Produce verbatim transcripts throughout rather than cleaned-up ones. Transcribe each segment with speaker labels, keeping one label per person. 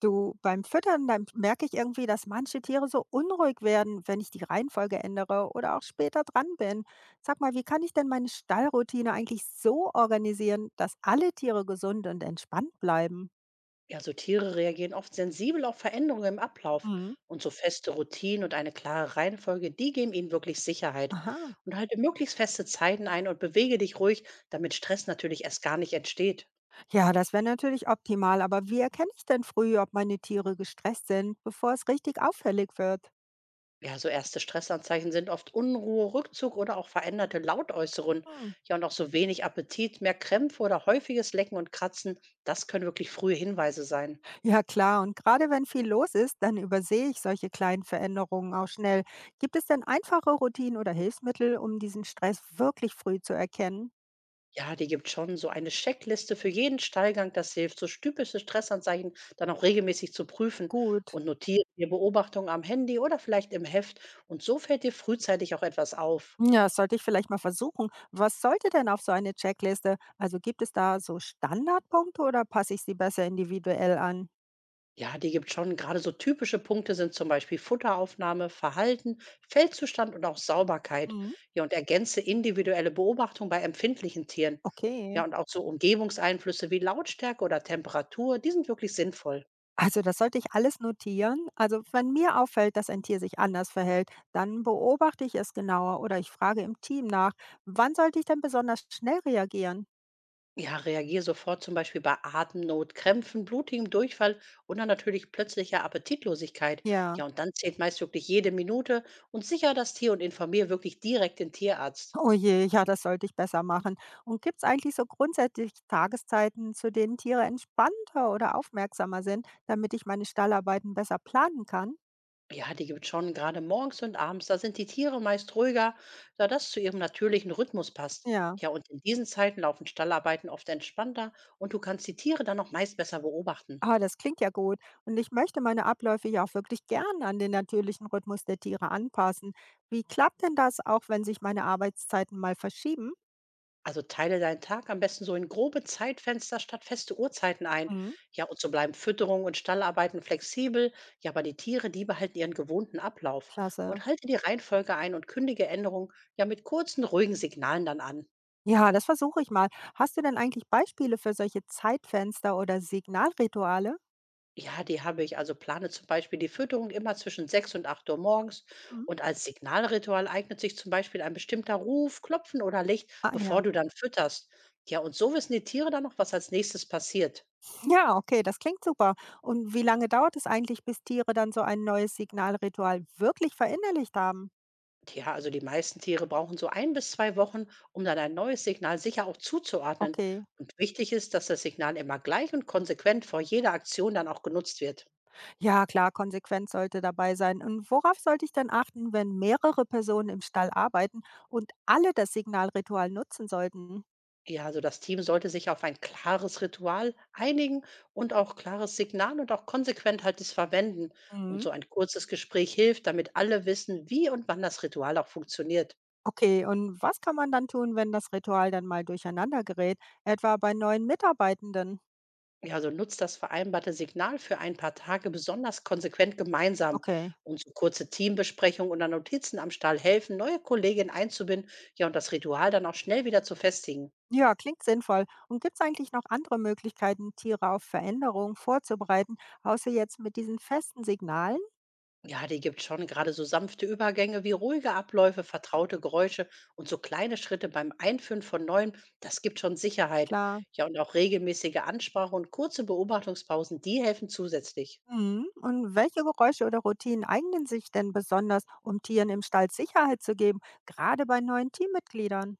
Speaker 1: Du, beim Füttern, dann merke ich irgendwie, dass manche Tiere so unruhig werden, wenn ich die Reihenfolge ändere oder auch später dran bin. Sag mal, wie kann ich denn meine Stallroutine eigentlich so organisieren, dass alle Tiere gesund und entspannt bleiben?
Speaker 2: Ja, so Tiere reagieren oft sensibel auf Veränderungen im Ablauf
Speaker 1: Mhm.
Speaker 2: und so feste Routinen und eine klare Reihenfolge, die geben ihnen wirklich Sicherheit.
Speaker 1: Aha.
Speaker 2: Und halte möglichst feste Zeiten ein und bewege dich ruhig, damit Stress natürlich erst gar nicht entsteht.
Speaker 1: Ja, das wäre natürlich optimal, aber wie erkenne ich denn früh, ob meine Tiere gestresst sind, bevor es richtig auffällig wird?
Speaker 2: Ja, so erste Stressanzeichen sind oft Unruhe, Rückzug oder auch veränderte Lautäußerungen.
Speaker 1: Hm.
Speaker 2: Ja, und auch so wenig Appetit, mehr Krämpfe oder häufiges Lecken und Kratzen, das können wirklich frühe Hinweise sein.
Speaker 1: Ja, klar. Und gerade wenn viel los ist, dann übersehe ich solche kleinen Veränderungen auch schnell. Gibt es denn einfache Routinen oder Hilfsmittel, um diesen Stress wirklich früh zu erkennen?
Speaker 2: Ja, die gibt schon so eine Checkliste für jeden Stallgang, das hilft, so typische Stressanzeichen dann auch regelmäßig zu prüfen,
Speaker 1: Gut.
Speaker 2: und notiere dir Beobachtungen am Handy oder vielleicht im Heft, und so fällt dir frühzeitig auch etwas auf.
Speaker 1: Ja, das sollte ich vielleicht mal versuchen. Was sollte denn auf so eine Checkliste? Also gibt es da so Standardpunkte oder passe ich sie besser individuell an?
Speaker 2: Ja, die gibt schon. Gerade so typische Punkte sind zum Beispiel Futteraufnahme, Verhalten, Feldzustand und auch Sauberkeit.
Speaker 1: Mhm.
Speaker 2: Ja, und ergänze individuelle Beobachtung bei empfindlichen Tieren.
Speaker 1: Okay.
Speaker 2: Ja, und auch so Umgebungseinflüsse wie Lautstärke oder Temperatur, die sind wirklich sinnvoll.
Speaker 1: Also, das sollte ich alles notieren. Also, wenn mir auffällt, dass ein Tier sich anders verhält, dann beobachte ich es genauer oder ich frage im Team nach, wann sollte ich denn besonders schnell reagieren?
Speaker 2: Ja, reagiere sofort zum Beispiel bei Atemnot, Krämpfen, blutigem Durchfall und dann natürlich plötzlicher Appetitlosigkeit.
Speaker 1: Ja,
Speaker 2: Ja, und dann zählt meist wirklich jede Minute, und sicher das Tier und informiere wirklich direkt den Tierarzt.
Speaker 1: oh je, ja, das sollte ich besser machen. Und gibt es eigentlich so grundsätzlich Tageszeiten, zu denen Tiere entspannter oder aufmerksamer sind, damit ich meine Stallarbeiten besser planen kann?
Speaker 2: Ja, die gibt schon, gerade morgens und abends, da sind die Tiere meist ruhiger, da das zu ihrem natürlichen Rhythmus passt.
Speaker 1: Ja.
Speaker 2: Ja, und in diesen Zeiten laufen Stallarbeiten oft entspannter, und du kannst die Tiere dann auch meist besser beobachten.
Speaker 1: Ah, das klingt ja gut. Und ich möchte meine Abläufe ja auch wirklich gern an den natürlichen Rhythmus der Tiere anpassen. Wie klappt denn das, auch wenn sich meine Arbeitszeiten mal verschieben?
Speaker 2: Also teile deinen Tag am besten so in grobe Zeitfenster statt feste Uhrzeiten ein.
Speaker 1: Mhm.
Speaker 2: Ja, und so bleiben Fütterung und Stallarbeiten flexibel. Ja, aber die Tiere, die behalten ihren gewohnten Ablauf.
Speaker 1: Klasse.
Speaker 2: Und halte die Reihenfolge ein und kündige Änderungen ja mit kurzen, ruhigen Signalen dann an.
Speaker 1: Ja, das versuche ich mal. Hast du denn eigentlich Beispiele für solche Zeitfenster oder Signalrituale?
Speaker 2: Ja, die habe ich. Also plane zum Beispiel die Fütterung immer zwischen sechs und acht Uhr morgens.
Speaker 1: Mhm.
Speaker 2: Und als Signalritual eignet sich zum Beispiel ein bestimmter Ruf, Klopfen oder Licht,
Speaker 1: Ah
Speaker 2: bevor
Speaker 1: ja.
Speaker 2: du dann fütterst. Ja, und so wissen die Tiere dann noch, was als nächstes passiert.
Speaker 1: Ja, okay, das klingt super. Und wie lange dauert es eigentlich, bis Tiere dann so ein neues Signalritual wirklich verinnerlicht haben?
Speaker 2: Ja, also die meisten Tiere brauchen so ein bis zwei Wochen, um dann ein neues Signal sicher auch zuzuordnen.
Speaker 1: Okay.
Speaker 2: Und wichtig ist, dass das Signal immer gleich und konsequent vor jeder Aktion dann auch genutzt wird.
Speaker 1: Ja, klar, Konsequenz sollte dabei sein. Und worauf sollte ich denn achten, wenn mehrere Personen im Stall arbeiten und alle das Signalritual nutzen sollten?
Speaker 2: Ja, also das Team sollte sich auf ein klares Ritual einigen und auch klares Signal und auch konsequent halt es verwenden. Und
Speaker 1: Mhm.
Speaker 2: so ein kurzes Gespräch hilft, damit alle wissen, wie und wann das Ritual auch funktioniert.
Speaker 1: Okay, und was kann man dann tun, wenn das Ritual dann mal durcheinander gerät, etwa bei neuen Mitarbeitenden?
Speaker 2: Ja, also nutzt das vereinbarte Signal für ein paar Tage besonders konsequent gemeinsam.
Speaker 1: Okay,
Speaker 2: Und so kurze Teambesprechungen oder Notizen am Stall helfen, neue Kolleginnen einzubinden, ja, und das Ritual dann auch schnell wieder zu festigen.
Speaker 1: ja, klingt sinnvoll. Und gibt es eigentlich noch andere Möglichkeiten, Tiere auf Veränderungen vorzubereiten, außer jetzt mit diesen festen Signalen?
Speaker 2: Ja, die gibt schon, gerade so sanfte Übergänge wie ruhige Abläufe, vertraute Geräusche und so kleine Schritte beim Einführen von neuen, das gibt schon Sicherheit.
Speaker 1: Klar.
Speaker 2: Ja, und auch regelmäßige Ansprache und kurze Beobachtungspausen, die helfen zusätzlich.
Speaker 1: Mhm. Und welche Geräusche oder Routinen eignen sich denn besonders, um Tieren im Stall Sicherheit zu geben, gerade bei neuen Teammitgliedern?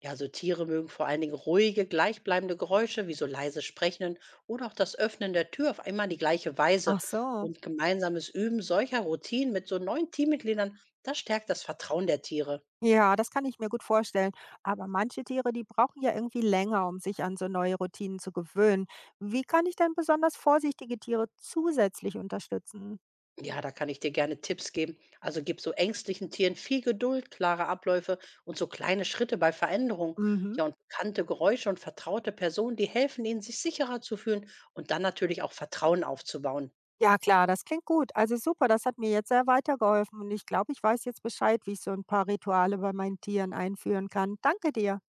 Speaker 2: Ja, so Tiere mögen vor allen Dingen ruhige, gleichbleibende Geräusche wie so leise Sprechen oder auch das Öffnen der Tür auf einmal die gleiche Weise.
Speaker 1: Ach so.
Speaker 2: Und gemeinsames Üben solcher Routinen mit so neuen Teammitgliedern, das stärkt das Vertrauen der Tiere.
Speaker 1: Ja, das kann ich mir gut vorstellen. Aber manche Tiere, die brauchen ja irgendwie länger, um sich an so neue Routinen zu gewöhnen. Wie kann ich denn besonders vorsichtige Tiere zusätzlich unterstützen?
Speaker 2: Ja, da kann ich dir gerne Tipps geben. Also gib so ängstlichen Tieren viel Geduld, klare Abläufe und so kleine Schritte bei Veränderungen.
Speaker 1: Mhm.
Speaker 2: Ja, und bekannte Geräusche und vertraute Personen, die helfen ihnen, sich sicherer zu fühlen und dann natürlich auch Vertrauen aufzubauen.
Speaker 1: Ja, klar, das klingt gut. Also super, das hat mir jetzt sehr weitergeholfen und ich glaube, ich weiß jetzt Bescheid, wie ich so ein paar Rituale bei meinen Tieren einführen kann. Danke dir.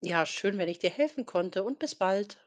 Speaker 2: Ja, schön, wenn ich dir helfen konnte, und bis bald.